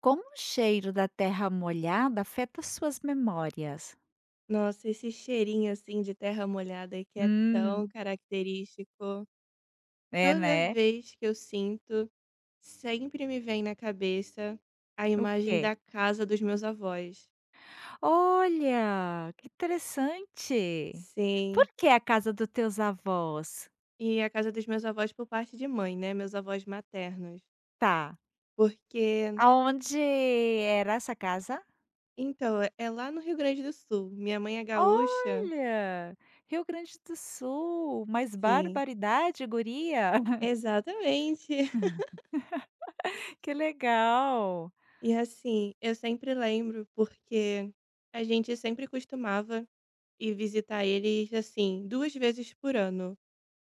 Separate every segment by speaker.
Speaker 1: Como o cheiro da terra molhada afeta suas memórias?
Speaker 2: Nossa, esse cheirinho, assim, de terra molhada que é tão
Speaker 1: Hum,
Speaker 2: característico.
Speaker 1: é,
Speaker 2: Toda
Speaker 1: né?
Speaker 2: vez que eu sinto, sempre me vem na cabeça a
Speaker 1: O
Speaker 2: imagem
Speaker 1: quê?
Speaker 2: da casa dos meus avós.
Speaker 1: Olha, que interessante. Por
Speaker 2: Sim,
Speaker 1: que a casa dos teus avós?
Speaker 2: e a casa dos meus avós por parte de mãe, né? Meus avós maternos.
Speaker 1: Tá.
Speaker 2: Porque,
Speaker 1: Aonde era essa casa?
Speaker 2: então, é lá no Rio Grande do Sul. Minha mãe é gaúcha.
Speaker 1: Olha, Rio Grande do Sul, mas
Speaker 2: Sim,
Speaker 1: barbaridade, guria.
Speaker 2: exatamente.
Speaker 1: Que legal.
Speaker 2: E assim, eu sempre lembro porque a gente sempre costumava e visitar eles, assim, 2 vezes por ano.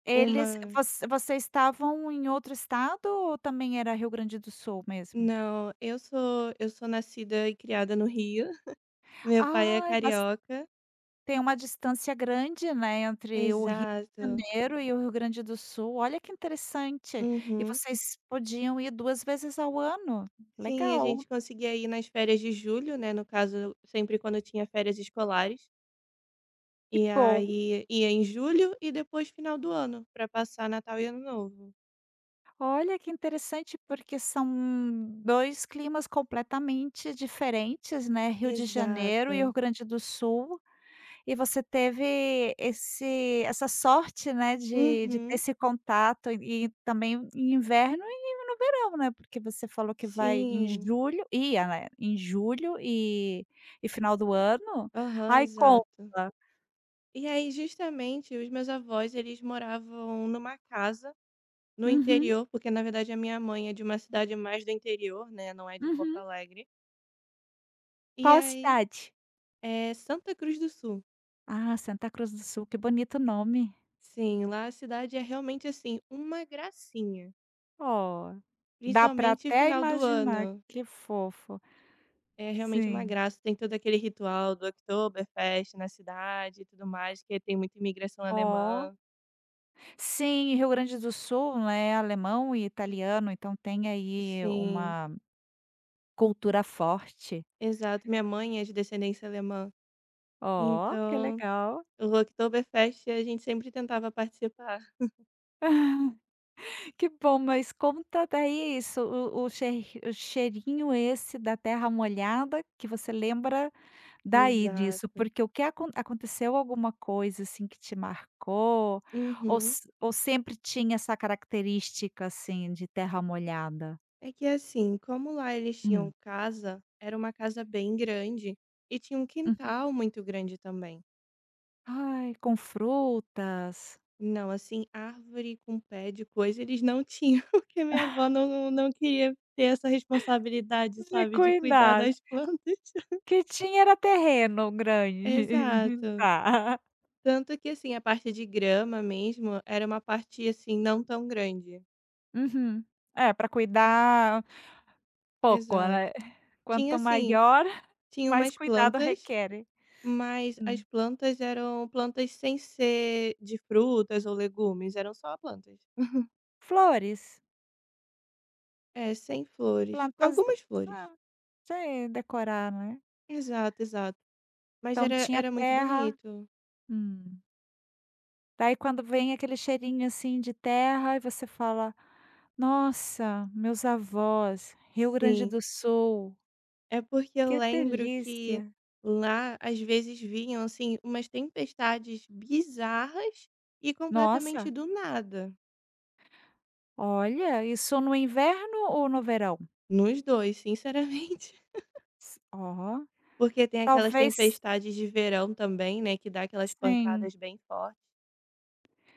Speaker 1: Eles,
Speaker 2: Uma
Speaker 1: vocês estavam em outro estado ou também era Rio Grande do Sul mesmo?
Speaker 2: não, eu sou nascida e criada no Rio, meu pai é
Speaker 1: Ai, mas
Speaker 2: carioca.
Speaker 1: tem uma distância grande, né, entre o Rio de
Speaker 2: Exato.
Speaker 1: Janeiro e o Rio Grande do Sul, olha que interessante. E
Speaker 2: Uhum.
Speaker 1: vocês podiam ir 2 vezes ao ano,
Speaker 2: Sim, a
Speaker 1: legal,
Speaker 2: gente conseguia ir nas férias de julho, né, no caso, sempre quando tinha férias escolares.
Speaker 1: que
Speaker 2: E
Speaker 1: bom.
Speaker 2: aí ia em julho e depois final do ano, para passar Natal e Ano Novo.
Speaker 1: Olha que interessante, porque são 2 climas completamente diferentes, né, Rio de Janeiro e Rio
Speaker 2: Exato.
Speaker 1: Grande do Sul. E você teve esse essa sorte, né, de ter
Speaker 2: Uhum.
Speaker 1: esse contato e também em inverno e no verão, né, porque você falou que vai em
Speaker 2: Sim.
Speaker 1: julho ia, né, em julho e final do ano.
Speaker 2: Aham,
Speaker 1: Ai,
Speaker 2: exato.
Speaker 1: conta.
Speaker 2: E aí, justamente, os meus avós, eles moravam numa casa no
Speaker 1: Uhum,
Speaker 2: interior, porque na verdade a minha mãe é de uma cidade mais do interior, né? Não é de Porto
Speaker 1: uhum.
Speaker 2: Alegre. E
Speaker 1: Qual a
Speaker 2: aí,
Speaker 1: cidade?
Speaker 2: é Santa Cruz do Sul.
Speaker 1: Ah, Santa Cruz do Sul, que bonito nome.
Speaker 2: Sim, lá a cidade é realmente assim, uma gracinha.
Speaker 1: Oh, dá para
Speaker 2: Principalmente
Speaker 1: até
Speaker 2: final do
Speaker 1: imaginar,
Speaker 2: ano.
Speaker 1: que fofo.
Speaker 2: É realmente uma
Speaker 1: Sim.
Speaker 2: graça. Tem todo aquele ritual do Oktoberfest na cidade e tudo mais, que tem muita imigração
Speaker 1: Oh.
Speaker 2: alemã.
Speaker 1: Sim, e Rio Grande do Sul, né, é alemão e italiano, então tem aí
Speaker 2: Sim,
Speaker 1: uma cultura forte.
Speaker 2: exato. Minha mãe é de descendência alemã.
Speaker 1: Ó, que
Speaker 2: Então,
Speaker 1: legal.
Speaker 2: o Rocktoberfest a gente sempre tentava participar.
Speaker 1: Que bom, mas conta daí isso, o cheirinho esse da terra molhada que você lembra daí disso,
Speaker 2: Exato.
Speaker 1: porque o que aconteceu alguma coisa, assim, que te marcou, ou
Speaker 2: Uhum.
Speaker 1: se ou sempre tinha essa característica, assim, de terra molhada?
Speaker 2: É que assim, como lá eles tinham
Speaker 1: Hum,
Speaker 2: casa, era uma casa bem grande e tinha um
Speaker 1: uhum.
Speaker 2: quintal muito grande também.
Speaker 1: Ai, com frutas.
Speaker 2: Não, assim, árvore com pé de coisa eles não tinham, porque minha avó não, não queria ter essa responsabilidade,
Speaker 1: De
Speaker 2: sabe, de cuidar
Speaker 1: cuidar
Speaker 2: das plantas.
Speaker 1: que tinha era terreno grande.
Speaker 2: Exato.
Speaker 1: Tá.
Speaker 2: Tanto que, assim, a parte de grama mesmo era uma parte, assim, não tão grande.
Speaker 1: Uhum. É, para cuidar pouco,
Speaker 2: Exato.
Speaker 1: né.
Speaker 2: Tinha,
Speaker 1: Quanto
Speaker 2: assim,
Speaker 1: maior,
Speaker 2: Tinha
Speaker 1: mais
Speaker 2: umas
Speaker 1: cuidado
Speaker 2: plantas,
Speaker 1: requer.
Speaker 2: mas
Speaker 1: Hum.
Speaker 2: as plantas eram plantas sem ser de frutas ou legumes, eram só plantas.
Speaker 1: Flores,
Speaker 2: É, sem flores.
Speaker 1: plantas
Speaker 2: Algumas flores.
Speaker 1: ah, sei decorar, né.
Speaker 2: Exato, exato. Mas
Speaker 1: Então
Speaker 2: era
Speaker 1: tinha
Speaker 2: era muito
Speaker 1: terra.
Speaker 2: bonito.
Speaker 1: Hum. Daí quando vem aquele cheirinho, assim, de terra e você fala: "Nossa, meus avós, Rio Grande
Speaker 2: Sim.
Speaker 1: do Sul,
Speaker 2: É porque eu
Speaker 1: que
Speaker 2: lembro que
Speaker 1: delícia.
Speaker 2: lá às vezes vinham, assim, umas tempestades bizarras e completamente
Speaker 1: Nossa".
Speaker 2: do nada.
Speaker 1: Olha, isso no inverno ou no verão?
Speaker 2: Nos dois, sinceramente.
Speaker 1: S Ó,
Speaker 2: Porque tem aquelas
Speaker 1: talvez
Speaker 2: tempestades de verão também, né, que dá aquelas
Speaker 1: sim,
Speaker 2: pancadas bem fortes.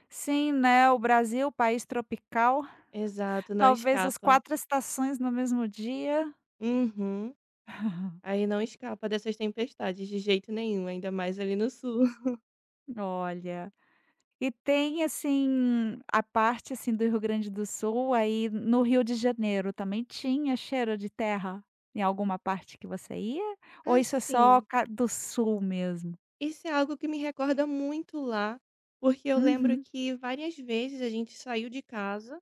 Speaker 1: sim, né, o Brasil, país tropical,
Speaker 2: Exato, não
Speaker 1: talvez as
Speaker 2: escapa.
Speaker 1: 4 estações no mesmo dia.
Speaker 2: Uhum. Aí não escapa dessas tempestades de jeito nenhum, ainda mais ali no sul.
Speaker 1: Olha, e tem, assim, a parte, assim, do Rio Grande do Sul, aí no Rio de Janeiro também tinha cheiro de terra em alguma parte que você ia? Ou isso é só
Speaker 2: Assim,
Speaker 1: ca do sul mesmo?
Speaker 2: isso é algo que me recorda muito lá, porque eu lembro
Speaker 1: Uhum,
Speaker 2: que várias vezes a gente saiu de casa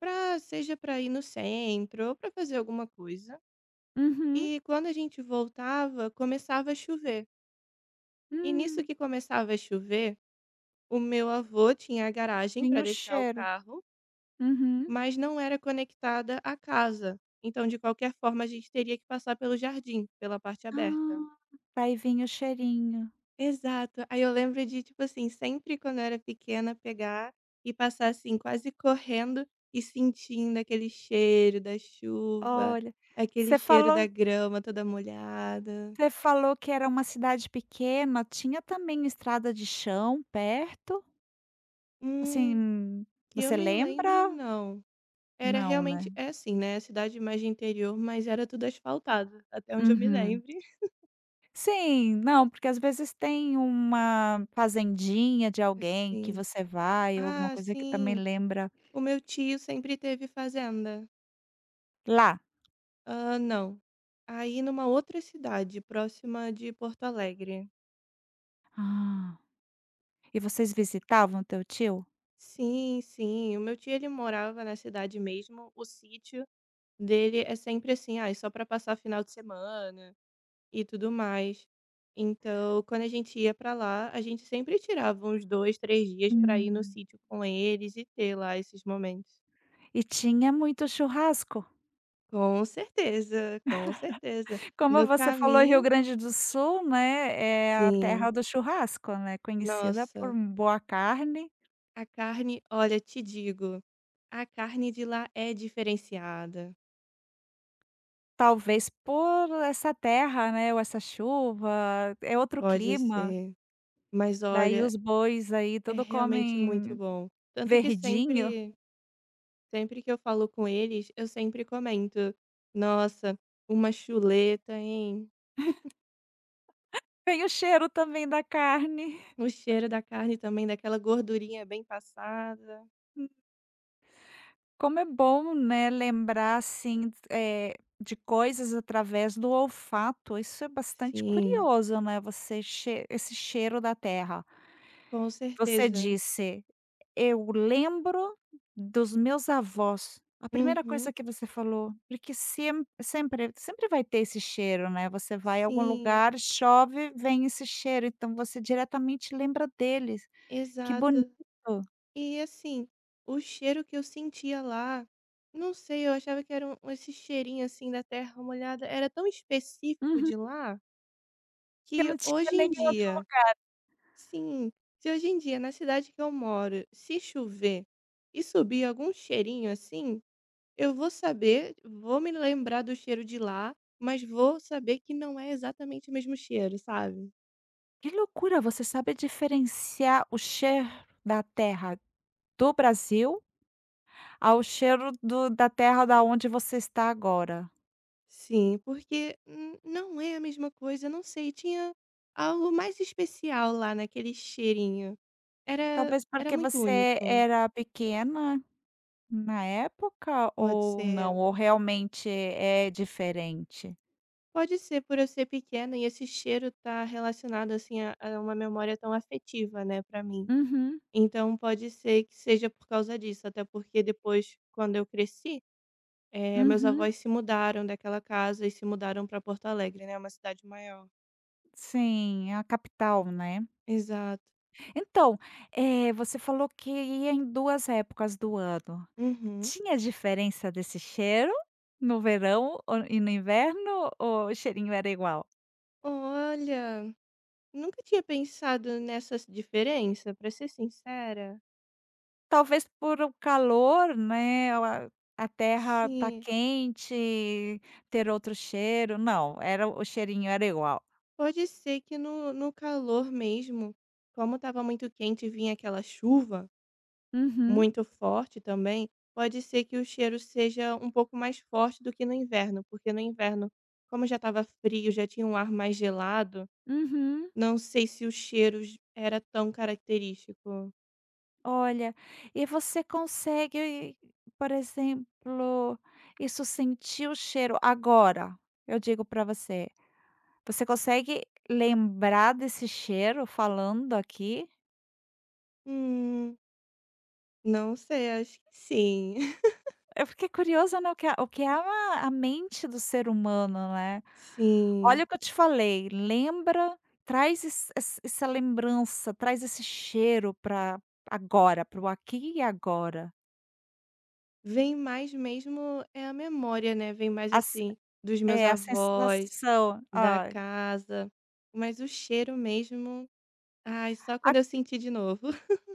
Speaker 2: pra seja pra ir no centro ou pra fazer alguma coisa,
Speaker 1: uhum.
Speaker 2: e quando a gente voltava, começava a chover. E nisso
Speaker 1: Hum,
Speaker 2: que começava a chover, o meu avô tinha a garagem pra
Speaker 1: vinha o
Speaker 2: deixar o
Speaker 1: cheiro.
Speaker 2: carro,
Speaker 1: Uhum.
Speaker 2: mas não era conectada à casa. Então, de qualquer forma, a gente teria que passar pelo jardim, pela parte aberta.
Speaker 1: Ah, daí vinha o cheirinho.
Speaker 2: Exato. Aí eu lembro de, tipo assim, sempre quando eu era pequena, pegar e passar assim, quase correndo e sentindo aquele cheiro da chuva,
Speaker 1: Olha,
Speaker 2: aquele
Speaker 1: você
Speaker 2: cheiro da
Speaker 1: falou
Speaker 2: grama toda molhada.
Speaker 1: você falou que era uma cidade pequena, tinha também estrada de chão perto?
Speaker 2: Hum,
Speaker 1: Assim,
Speaker 2: que eu
Speaker 1: você
Speaker 2: me
Speaker 1: lembra?
Speaker 2: lembre, não. Era
Speaker 1: Não, né?
Speaker 2: realmente, é assim, né? Cidade mais de interior, mas era tudo asfaltado, até onde eu me
Speaker 1: Uhum.
Speaker 2: lembre.
Speaker 1: Sim, não, porque às vezes tem uma fazendinha de alguém que
Speaker 2: Sim.
Speaker 1: você vai ou alguma
Speaker 2: Ah,
Speaker 1: coisa que também
Speaker 2: sim.
Speaker 1: lembra
Speaker 2: O meu tio sempre teve fazenda.
Speaker 1: lá.
Speaker 2: Ah, não. Aí numa outra cidade, próxima de Porto Alegre.
Speaker 1: Ah, e vocês visitavam teu tio?
Speaker 2: Sim, sim. O meu tio, ele morava na cidade mesmo. O sítio dele é sempre assim, ah, é só pra passar final de semana e tudo mais. Então, quando a gente ia pra lá, a gente sempre tirava uns 2, 3 dias pra ir no
Speaker 1: Hum.
Speaker 2: sítio com eles e ter lá esses momentos.
Speaker 1: E tinha muito churrasco?
Speaker 2: Com certeza, com certeza.
Speaker 1: Como
Speaker 2: No
Speaker 1: você falou, Rio
Speaker 2: caminho,
Speaker 1: Grande do Sul, né, é a terra
Speaker 2: sim.
Speaker 1: do churrasco, né, conhecida por
Speaker 2: Nossa.
Speaker 1: boa carne,
Speaker 2: A carne, olha, te digo, a carne de lá é diferenciada.
Speaker 1: talvez por essa terra, né, ou essa chuva, é outro
Speaker 2: Pode
Speaker 1: clima,
Speaker 2: ser, mas
Speaker 1: daí
Speaker 2: olha,
Speaker 1: os bois aí
Speaker 2: é
Speaker 1: tudo
Speaker 2: realmente muito
Speaker 1: comem
Speaker 2: bom. Tanto que
Speaker 1: verdinho.
Speaker 2: sempre que eu falo com eles, eu sempre comento: "Nossa, uma chuleta, hein?
Speaker 1: Vem o cheiro também da carne.
Speaker 2: O cheiro da carne também, daquela gordurinha bem passada".
Speaker 1: Como é bom, né, lembrar assim, de coisas através do olfato, isso é bastante
Speaker 2: Sim,
Speaker 1: curioso, né, você che esse cheiro da terra.
Speaker 2: com
Speaker 1: Você
Speaker 2: certeza.
Speaker 1: disse eu lembro dos meus avós. A primeira
Speaker 2: Uhum.
Speaker 1: coisa que você falou, porque sem sempre sempre vai ter esse cheiro, né, você vai a algum
Speaker 2: Sim,
Speaker 1: lugar, chove, vem esse cheiro, então você diretamente lembra deles. Que bonito.
Speaker 2: exato. E assim, o cheiro que eu sentia lá, não sei, eu achava que era esse cheirinho assim da terra molhada, era tão específico
Speaker 1: Uhum.
Speaker 2: de lá,
Speaker 1: Que
Speaker 2: que
Speaker 1: não tinha
Speaker 2: hoje em
Speaker 1: nenhum outro
Speaker 2: dia,
Speaker 1: lugar.
Speaker 2: sim, se hoje em dia na cidade que eu moro, se chover e subir algum cheirinho assim, eu vou saber, vou me lembrar do cheiro de lá, mas vou saber que não é exatamente o mesmo cheiro, sabe?
Speaker 1: Que loucura, você sabe diferenciar o cheiro da terra do Brasil ao cheiro do da terra da onde você está agora.
Speaker 2: Sim, porque n não é a mesma coisa, não sei, tinha algo mais especial lá naquele cheirinho. Era
Speaker 1: Talvez
Speaker 2: era
Speaker 1: porque
Speaker 2: muito
Speaker 1: você
Speaker 2: único.
Speaker 1: era pequena na época
Speaker 2: Pode
Speaker 1: ou não?
Speaker 2: ser
Speaker 1: Ou realmente é diferente?
Speaker 2: pode ser por eu ser pequena e esse cheiro tá relacionado, assim, a uma memória tão afetiva, né, pra mim.
Speaker 1: Uhum,
Speaker 2: Então pode ser que seja por causa disso, até porque depois, quando eu cresci, meus
Speaker 1: uhum.
Speaker 2: avós se mudaram daquela casa e se mudaram pra Porto Alegre, né, uma cidade maior.
Speaker 1: Sim, é a capital, né.
Speaker 2: Exato.
Speaker 1: Então, você falou que ia em 2 épocas do ano.
Speaker 2: Uhum.
Speaker 1: Tinha diferença desse cheiro no verão ou no inverno ou o cheirinho era igual?
Speaker 2: Olha! Nunca tinha pensado nessa diferença, pra ser sincera.
Speaker 1: Talvez por o calor, né, a terra tá
Speaker 2: Sim,
Speaker 1: quente, ter outro cheiro. Não, era o cheirinho era igual.
Speaker 2: pode ser que no calor mesmo, como estava muito quente e vinha aquela chuva,
Speaker 1: Uhum,
Speaker 2: muito forte também, pode ser que o cheiro seja um pouco mais forte do que no inverno, porque no inverno, como já estava frio, já tinha um ar mais gelado,
Speaker 1: uhum.
Speaker 2: não sei se o cheiro j era tão característico.
Speaker 1: Olha, e você consegue, por exemplo, isso sentir o cheiro agora, eu digo para você, você consegue lembrar desse cheiro falando aqui?
Speaker 2: Hum, não sei, acho que sim.
Speaker 1: Eu fiquei curiosa, né, o que é a mente do ser humano, né. Olha
Speaker 2: Sim.
Speaker 1: o que eu te falei, lembra, traz esse essa essa lembrança, traz esse cheiro para agora, para o aqui e agora.
Speaker 2: Vem mais mesmo é a memória, né, vem mais,
Speaker 1: A se
Speaker 2: assim, dos meus
Speaker 1: É, a
Speaker 2: avós,
Speaker 1: sensação.
Speaker 2: da
Speaker 1: Ai.
Speaker 2: casa, mas o cheiro mesmo, ai, só quando eu senti de novo.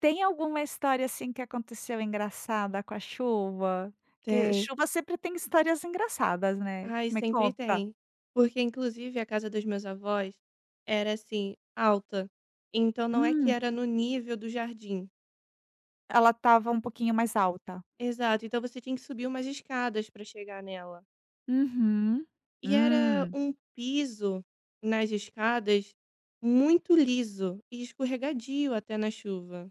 Speaker 1: Tem alguma história, assim, que aconteceu engraçada com a chuva? Que
Speaker 2: Tem.
Speaker 1: chuva sempre tem histórias engraçadas, né.
Speaker 2: Ai,
Speaker 1: Me
Speaker 2: sempre
Speaker 1: conta.
Speaker 2: tem. Porque inclusive a casa dos meus avós era, assim, alta, então não é que
Speaker 1: Hum,
Speaker 2: era no nível do jardim.
Speaker 1: ela estava um pouquinho mais alta.
Speaker 2: Exato, então você tinha que subir umas escadas para chegar nela.
Speaker 1: Uhum.
Speaker 2: E era
Speaker 1: Hum.
Speaker 2: um piso nas escadas muito liso e escorregadio até na chuva.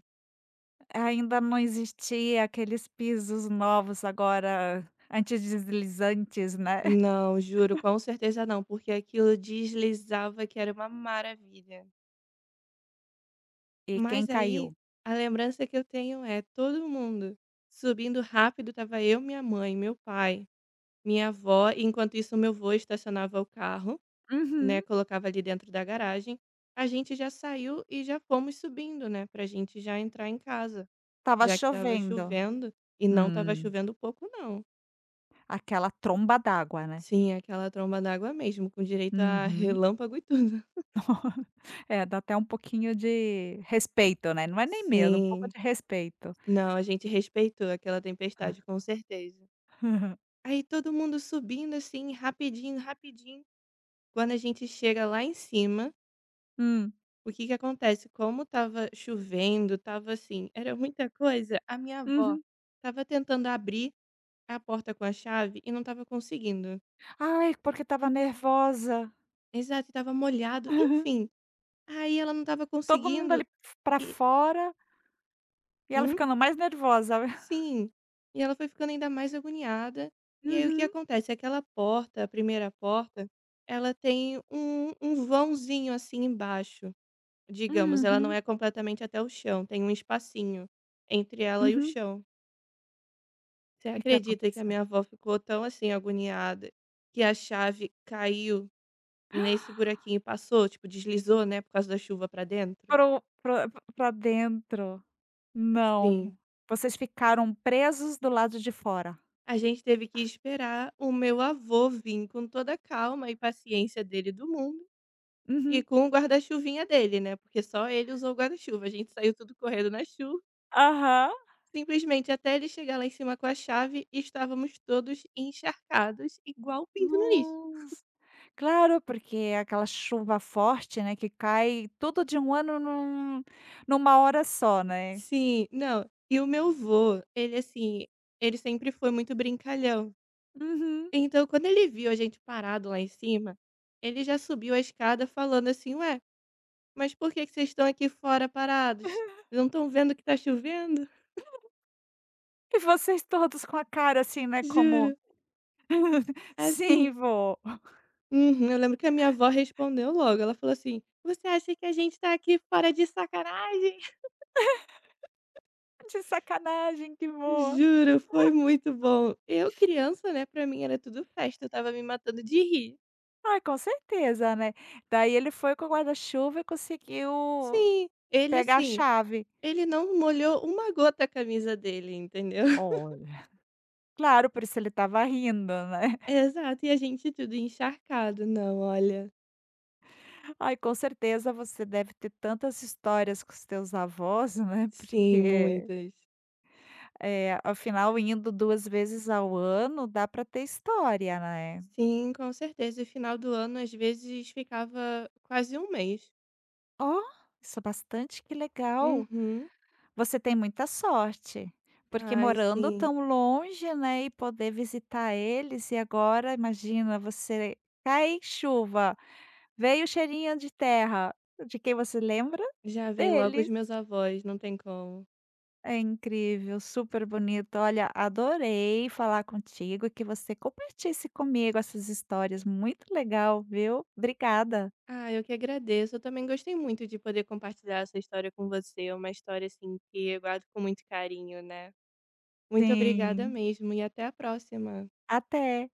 Speaker 1: Ainda não existia aqueles pisos novos agora antideslizantes, né.
Speaker 2: Não, juro, com certeza não, porque aquilo deslizava que era uma maravilha.
Speaker 1: E quem
Speaker 2: Mas aí,
Speaker 1: caiu?
Speaker 2: a lembrança que eu tenho é todo mundo subindo rápido, tava eu, minha mãe, meu pai, minha avó, e enquanto isso meu avô estacionava o carro, né,
Speaker 1: Uhum.
Speaker 2: colocava ali dentro da garagem. A gente já saiu e já fomos subindo, né, pra gente já entrar em casa.
Speaker 1: Estava
Speaker 2: Já que estava
Speaker 1: chovendo.
Speaker 2: chovendo, e não estava
Speaker 1: Hum.
Speaker 2: chovendo pouco não.
Speaker 1: Aquela tromba d'água, né.
Speaker 2: Sim, aquela tromba d'água mesmo, com direito a
Speaker 1: Uhum.
Speaker 2: relâmpago e tudo.
Speaker 1: É, dá até um pouquinho de respeito, né, não é nem medo, um pouco
Speaker 2: Sim.
Speaker 1: de respeito.
Speaker 2: Não, a gente respeitou aquela tempestade, com certeza. Aí todo mundo subindo, assim, rapidinho, rapidinho. Quando a gente chega lá em cima,
Speaker 1: Hum.
Speaker 2: o que que acontece? Como estava chovendo, estava assim, era muita coisa, a minha avó
Speaker 1: Uhum.
Speaker 2: estava tentando abrir a porta com a chave e não estava conseguindo.
Speaker 1: "Ai, porque tava nervosa".
Speaker 2: Exato, e estava molhado, enfim. Aí ela não estava
Speaker 1: Todo mundo
Speaker 2: conseguindo
Speaker 1: ali f pra
Speaker 2: e
Speaker 1: fora e ela
Speaker 2: hum?
Speaker 1: ficando mais nervosa.
Speaker 2: Sim. E ela foi ficando ainda mais agoniada, e aí o que
Speaker 1: Uhum,
Speaker 2: acontece, aquela porta, a primeira porta, ela tem um vãozinho, assim, embaixo, digamos, ela não
Speaker 1: uhum,
Speaker 2: é completamente até o chão, tem um espacinho entre ela e o
Speaker 1: uhum.
Speaker 2: chão. Você
Speaker 1: E o que
Speaker 2: acredita que a
Speaker 1: aconteceu?
Speaker 2: minha avó ficou tão, assim, agoniada, que a chave caiu nesse buraquinho e passou, tipo, deslizou, né, por causa da chuva pra dentro?
Speaker 1: Pro pra pra dentro.
Speaker 2: Sim.
Speaker 1: Não, vocês ficaram presos do lado de fora.
Speaker 2: A gente teve que esperar o meu avô vir com toda a calma e paciência dele do mundo e
Speaker 1: Uhum.
Speaker 2: com o guarda-chuvinha dele, né, porque só ele usou o guarda-chuva, a gente saiu tudo correndo na chuva,
Speaker 1: Aham.
Speaker 2: simplesmente até ele chegar lá em cima com a chave, estávamos todos encharcados igual pinto no lixo.
Speaker 1: Nossa. Claro, porque é aquela chuva forte, né, que cai tudo de um ano numa hora só, né.
Speaker 2: Sim, não, e o meu vô, ele assim, ele sempre foi muito brincalhão,
Speaker 1: Uhum.
Speaker 2: então quando ele viu a gente parado lá em cima, ele já subiu a escada falando assim: "Ué, mas por que que vocês estão aqui fora parados? Não estão vendo que tá chovendo?"
Speaker 1: E vocês todos com a cara assim, né, como:
Speaker 2: Juro.
Speaker 1: "Sim,
Speaker 2: Assim,
Speaker 1: vou
Speaker 2: uhum, eu lembro que a minha avó respondeu logo, ela falou assim: "Você acha que a gente tá aqui fora de sacanagem?"
Speaker 1: de sacanagem que vó".
Speaker 2: Juro, foi muito bom. Eu criança, né, pra mim era tudo festa, eu estava me matando de rir.
Speaker 1: Ai, com certeza, né. Daí ele foi com o guarda-chuva e conseguiu
Speaker 2: Sim, ele
Speaker 1: pegar a
Speaker 2: assim,
Speaker 1: chave.
Speaker 2: ele não molhou uma gota a camisa dele, entendeu.
Speaker 1: Olha. Claro, por isso ele estava rindo, né.
Speaker 2: Exato, e a gente tudo encharcado. Não, olha.
Speaker 1: Ai, com certeza você deve ter tantas histórias com os teus avós, né,
Speaker 2: Sim,
Speaker 1: porque
Speaker 2: muitas.
Speaker 1: é, afinal, indo 2 vezes ao ano, dá para ter história, né.
Speaker 2: Sim, com certeza. E final do ano, às vezes, ficava quase um mês.
Speaker 1: "Ó, isso é bastante, que legal".
Speaker 2: Uhum.
Speaker 1: Você tem muita sorte, porque
Speaker 2: Ai,
Speaker 1: morando
Speaker 2: sim.
Speaker 1: tão longe, né, e poder visitar eles, e agora imagina você cai chuva, veio cheirinho de terra, de quem você lembra?
Speaker 2: Já vem logo os
Speaker 1: Deles.
Speaker 2: meus avós, não tem como.
Speaker 1: É incrível, super bonito. Olha, adorei falar contigo e que você compartisse comigo essas histórias. Muito legal, viu? Obrigada.
Speaker 2: Ah, eu que agradeço. Eu também gostei muito de poder compartilhar essa história com você. É uma história, assim, que eu guardo com muito carinho, né? Muito obrigada
Speaker 1: Sim,
Speaker 2: mesmo e até a próxima.
Speaker 1: até.